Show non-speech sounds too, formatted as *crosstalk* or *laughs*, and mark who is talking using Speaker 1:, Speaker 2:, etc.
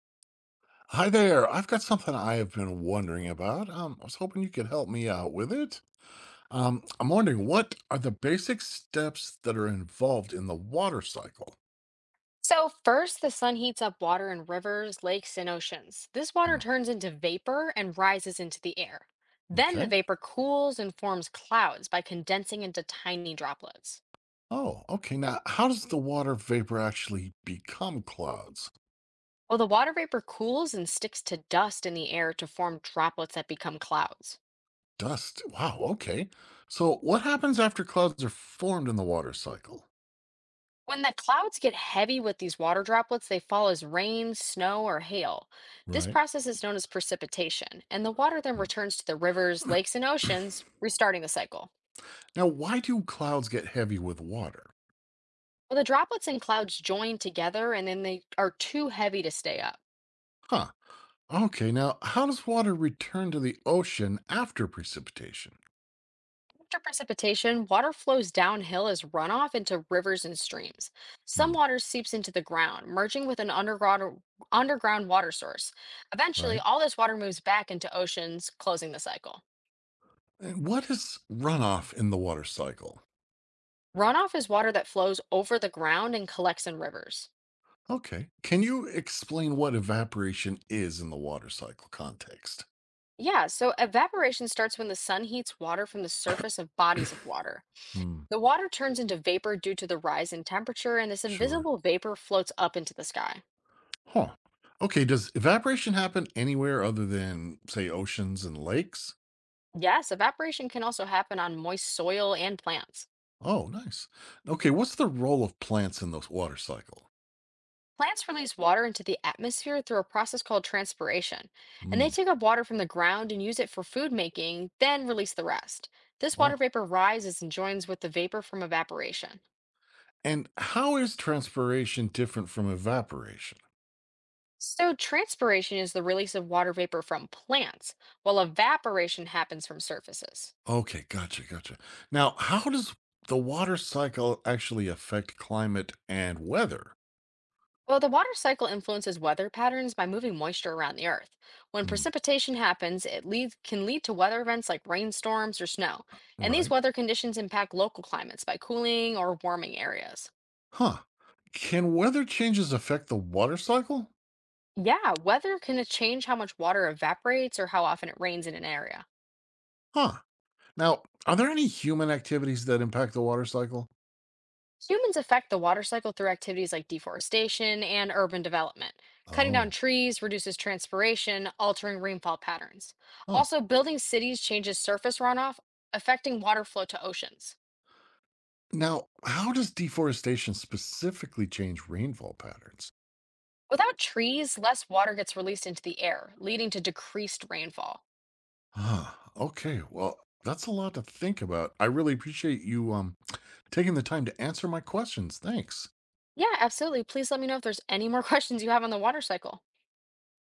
Speaker 1: Hi there. I've got something I have been wondering about. I was hoping you could help me out with it. I'm wondering, what are the basic steps that are involved in the water cycle?
Speaker 2: So, first, the sun heats up water in rivers, lakes, and oceans. This water
Speaker 1: Hmm.
Speaker 2: turns into vapor and rises into the air. Then the
Speaker 1: Okay.
Speaker 2: vapor cools and forms clouds by condensing into tiny droplets.
Speaker 1: Oh, okay. Now, how does the water vapor actually become clouds?
Speaker 2: Well, the water vapor cools and sticks to dust in the air to form droplets that become clouds.
Speaker 1: Dust. Wow. Okay. So, what happens after clouds are formed in the water cycle?
Speaker 2: When the clouds get heavy with these water droplets, they fall as rain, snow, or hail. This
Speaker 1: Right.
Speaker 2: process is known as precipitation, and the water then
Speaker 1: Hmm.
Speaker 2: returns to the rivers, lakes, and oceans,
Speaker 1: *clears throat*
Speaker 2: restarting the cycle.
Speaker 1: Now, why do clouds get heavy with water?
Speaker 2: Well, the droplets and clouds join together and then they are too heavy to stay up.
Speaker 1: Huh. Okay, now how does water return to the ocean after precipitation?
Speaker 2: After precipitation, water flows downhill as runoff into rivers and streams. Some
Speaker 1: Hmm,
Speaker 2: water seeps into the ground, merging with an underground water source. Eventually,
Speaker 1: right?
Speaker 2: all this water moves back into oceans, closing the cycle.
Speaker 1: And what is runoff in the water cycle?
Speaker 2: Runoff is water that flows over the ground and collects in rivers.
Speaker 1: Okay, can you explain what evaporation is in the water cycle context?
Speaker 2: Yeah, so evaporation starts when the sun heats water from the surface of bodies of water.
Speaker 1: Hmm,
Speaker 2: The water turns into vapor due to the rise in temperature, and this
Speaker 1: sure.
Speaker 2: invisible vapor floats up into the sky.
Speaker 1: Huh. Okay, does evaporation happen anywhere other than, say, oceans and lakes?
Speaker 2: Yes, evaporation can also happen on moist soil and plants.
Speaker 1: Oh, nice. Okay, what's the role of plants in the water cycle?
Speaker 2: Plants release water into the atmosphere through a process called transpiration, and they
Speaker 1: Hmm,
Speaker 2: take up water from the ground and use it for food making, then release the rest. This water
Speaker 1: wow.
Speaker 2: vapor rises and joins with the vapor from evaporation.
Speaker 1: And how is transpiration different from evaporation?
Speaker 2: So, transpiration is the release of water vapor from plants, while evaporation happens from surfaces.
Speaker 1: Okay, gotcha, gotcha. Now, how does the water cycle actually affect climate and weather?
Speaker 2: Well, the water cycle influences weather patterns by moving moisture around the earth. When
Speaker 1: Hmm,
Speaker 2: precipitation happens, can lead to weather events like rainstorms or snow. And these
Speaker 1: right.
Speaker 2: weather conditions impact local climates by cooling or warming areas.
Speaker 1: Huh. Can weather changes affect the water cycle?
Speaker 2: Yeah, weather can change how much water evaporates or how often it rains in an area.
Speaker 1: Huh. Now, are there any human activities that impact the water cycle?
Speaker 2: Humans affect the water cycle through activities like deforestation and urban development. Cutting down
Speaker 1: Oh,
Speaker 2: trees reduces transpiration, altering rainfall patterns.
Speaker 1: huh.
Speaker 2: Also, building cities changes surface runoff, affecting water flow to oceans.
Speaker 1: Now, how does deforestation specifically change rainfall patterns?
Speaker 2: Without trees, less water gets released into the air, leading to decreased rainfall.
Speaker 1: Huh. Okay, well, that's a lot to think about. I really appreciate you taking the time to answer my questions. Thanks.
Speaker 2: Yeah, absolutely. Please let me know if there's any more *laughs* questions you have on the water cycle.